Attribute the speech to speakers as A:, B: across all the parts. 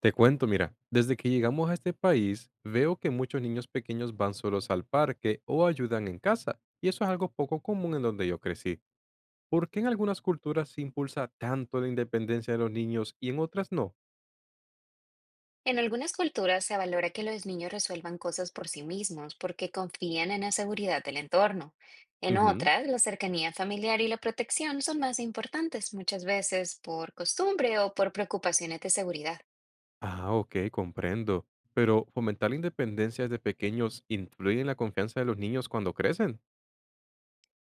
A: Te cuento, mira, desde que llegamos a este país, veo que muchos niños pequeños van solos al parque o ayudan en casa, y eso es algo poco común en donde yo crecí. ¿Por qué en algunas culturas se impulsa tanto la independencia de los niños y en otras no?
B: En algunas culturas se valora que los niños resuelvan cosas por sí mismos porque confían en la seguridad del entorno. En
A: Ujú.
B: otras, la cercanía familiar y la protección son más importantes, muchas veces por costumbre o por preocupaciones de seguridad.
A: Ah, ok, comprendo. Pero fomentar la independencia desde pequeños influye en la confianza de los niños cuando crecen.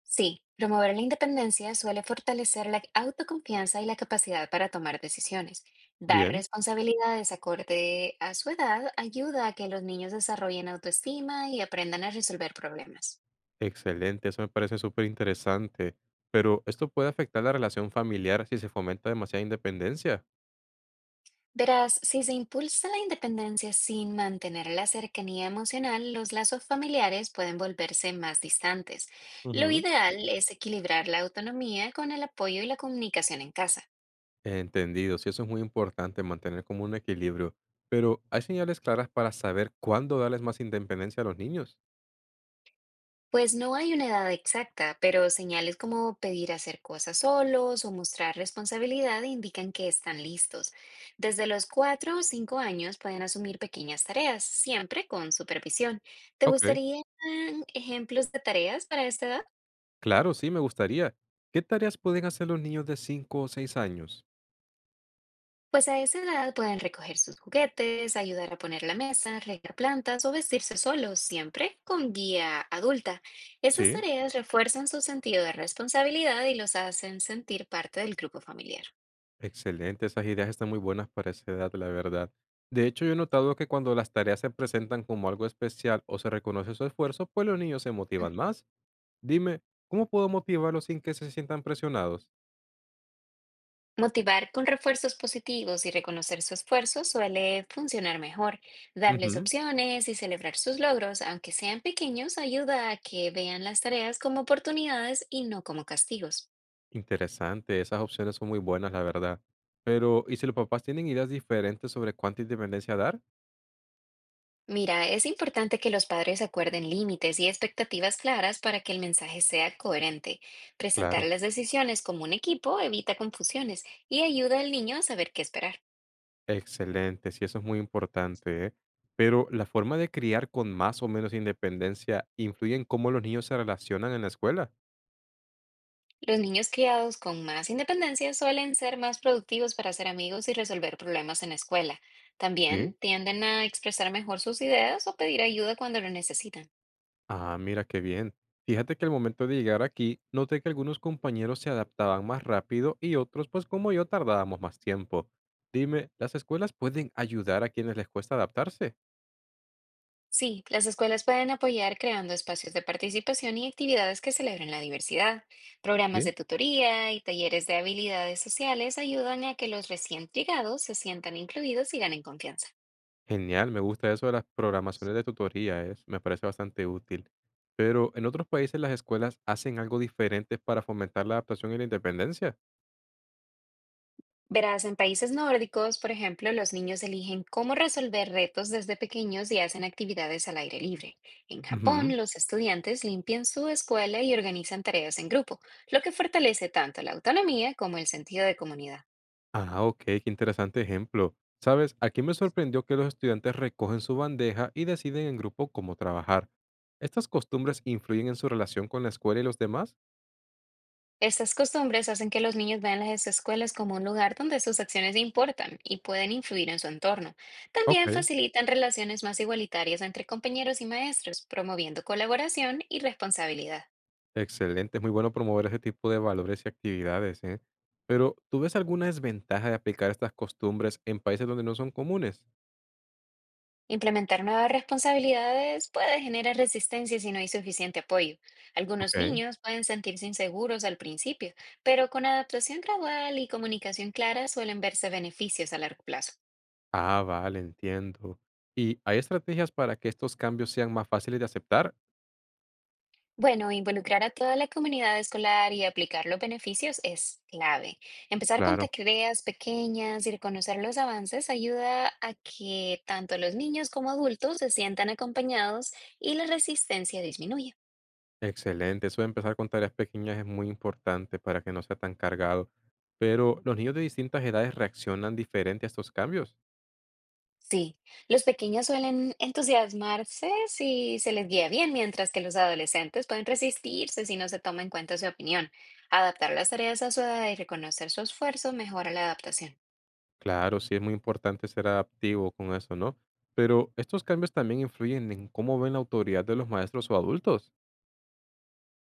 B: Sí, promover la independencia suele fortalecer la autoconfianza y la capacidad para tomar decisiones. Dar
A: Bien,
B: responsabilidades acorde a su edad ayuda a que los niños desarrollen autoestima y aprendan a resolver problemas.
A: excelente, eso me parece súper interesante. Pero esto puede afectar la relación familiar si se fomenta demasiada independencia.
B: Verás, si se impulsa la independencia sin mantener la cercanía emocional, los lazos familiares pueden volverse más distantes. Lo
A: Ujú.
B: ideal es equilibrar la autonomía con el apoyo y la comunicación en casa.
A: Entendido, sí, eso es muy importante, mantener como un equilibrio. Pero, ¿hay señales claras para saber cuándo darles más independencia a los niños?
B: Pues no hay una edad exacta, pero señales como pedir hacer cosas solos o mostrar responsabilidad indican que están listos. Desde los 4 o 5 años pueden asumir pequeñas tareas, siempre con supervisión. ¿Te
A: Ok,
B: gustarían ejemplos de tareas para esta edad?
A: claro, sí, me gustaría. ¿Qué tareas pueden hacer los niños de 5 o 6 años?
B: Pues a esa edad pueden recoger sus juguetes, ayudar a poner la mesa, regar plantas o vestirse solos, siempre con guía adulta. Estas
A: Sí,
B: tareas refuerzan su sentido de responsabilidad y los hacen sentir parte del grupo familiar.
A: excelente, esas ideas están muy buenas para esa edad, la verdad. De hecho, yo he notado que cuando las tareas se presentan como algo especial o se reconoce su esfuerzo, pues los niños se motivan más. Dime, ¿cómo puedo motivarlos sin que se sientan presionados?
B: Motivar con refuerzos positivos y reconocer su esfuerzo suele funcionar mejor. Darles
A: Ujú.
B: opciones y celebrar sus logros, aunque sean pequeños, ayuda a que vean las tareas como oportunidades y no como castigos.
A: Interesante, esas opciones son muy buenas, la verdad. Pero, ¿y si los papás tienen ideas diferentes sobre cuánta independencia dar?
B: Mira, es importante que los padres acuerden límites y expectativas claras para que el mensaje sea coherente. Presentar
A: Claro,
B: las decisiones como un equipo evita confusiones y ayuda al niño a saber qué esperar.
A: excelente, sí, eso es muy importante, ¿eh? Pero, ¿la forma de criar con más o menos independencia influye en cómo los niños se relacionan en la escuela?
B: Los niños criados con más independencia suelen ser más productivos para hacer amigos y resolver problemas en la escuela. También
A: Sí,
B: tienden a expresar mejor sus ideas o pedir ayuda cuando lo necesitan.
A: ah, mira qué bien. Fíjate que al momento de llegar aquí, noté que algunos compañeros se adaptaban más rápido y otros, pues como yo, tardábamos más tiempo. Dime, ¿las escuelas pueden ayudar a quienes les cuesta adaptarse?
B: Sí, las escuelas pueden apoyar creando espacios de participación y actividades que celebren la diversidad. Programas
A: Sí.
B: de tutoría y talleres de habilidades sociales ayudan a que los recién llegados se sientan incluidos y ganen confianza.
A: Genial, me gusta eso de las programaciones de tutoría, me parece bastante útil. Pero en otros países las escuelas hacen algo diferente para fomentar la adaptación y la independencia.
B: Verás, en países nórdicos, por ejemplo, los niños eligen cómo resolver retos desde pequeños y hacen actividades al aire libre. En
A: Ujú.
B: Japón, los estudiantes limpian su escuela y organizan tareas en grupo, lo que fortalece tanto la autonomía como el sentido de comunidad.
A: Ah, ok, qué interesante ejemplo. Sabes, aquí me sorprendió que los estudiantes recogen su bandeja y deciden en grupo cómo trabajar. ¿Estas costumbres influyen en su relación con la escuela y los demás?
B: Estas costumbres hacen que los niños vean las escuelas como un lugar donde sus acciones importan y pueden influir en su entorno.
A: Ok.
B: También facilitan relaciones más igualitarias entre compañeros y maestros, promoviendo colaboración y responsabilidad.
A: Excelente, es muy bueno promover ese tipo de valores y actividades, ¿eh? Pero, ¿tú ves alguna desventaja de aplicar estas costumbres en países donde no son comunes?
B: Implementar nuevas responsabilidades puede generar resistencia si no hay suficiente apoyo. Algunos
A: Okey.
B: niños pueden sentirse inseguros al principio, pero con adaptación gradual y comunicación clara suelen verse beneficios a largo plazo.
A: Ah, vale, entiendo. ¿Y hay estrategias para que estos cambios sean más fáciles de aceptar?
B: Bueno, involucrar a toda la comunidad escolar y aplicar los beneficios es clave. Empezar con
A: Claro.
B: tareas pequeñas y reconocer los avances ayuda a que tanto los niños como adultos se sientan acompañados y la resistencia disminuye.
A: Excelente, eso de empezar con tareas pequeñas es muy importante para que no sea tan cargado. Pero, ¿los niños de distintas edades reaccionan diferente a estos cambios?
B: Sí, los pequeños suelen entusiasmarse si se les guía bien, mientras que los adolescentes pueden resistirse si no se toma en cuenta su opinión. Adaptar las tareas a su edad y reconocer su esfuerzo mejora la adaptación.
A: Claro, sí es muy importante ser adaptivo con eso, ¿no? Pero, ¿estos cambios también influyen en cómo ven la autoridad de los maestros o adultos?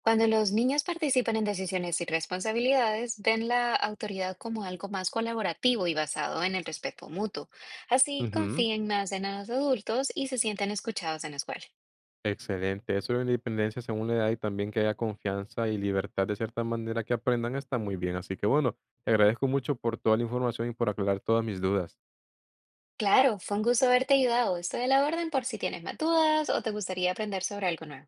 B: Cuando los niños participan en decisiones y responsabilidades, ven la autoridad como algo más colaborativo y basado en el respeto mutuo. Así
A: Ujú.
B: confían más en los adultos y se sienten escuchados en la escuela.
A: Excelente. Eso de la independencia según la edad y también que haya confianza y libertad de cierta manera que aprendan está muy bien. Así que bueno, te agradezco mucho por toda la información y por aclarar todas mis dudas.
B: Claro, fue un gusto haberte ayudado. Estoy a la orden por si tienes más dudas o te gustaría aprender sobre algo nuevo.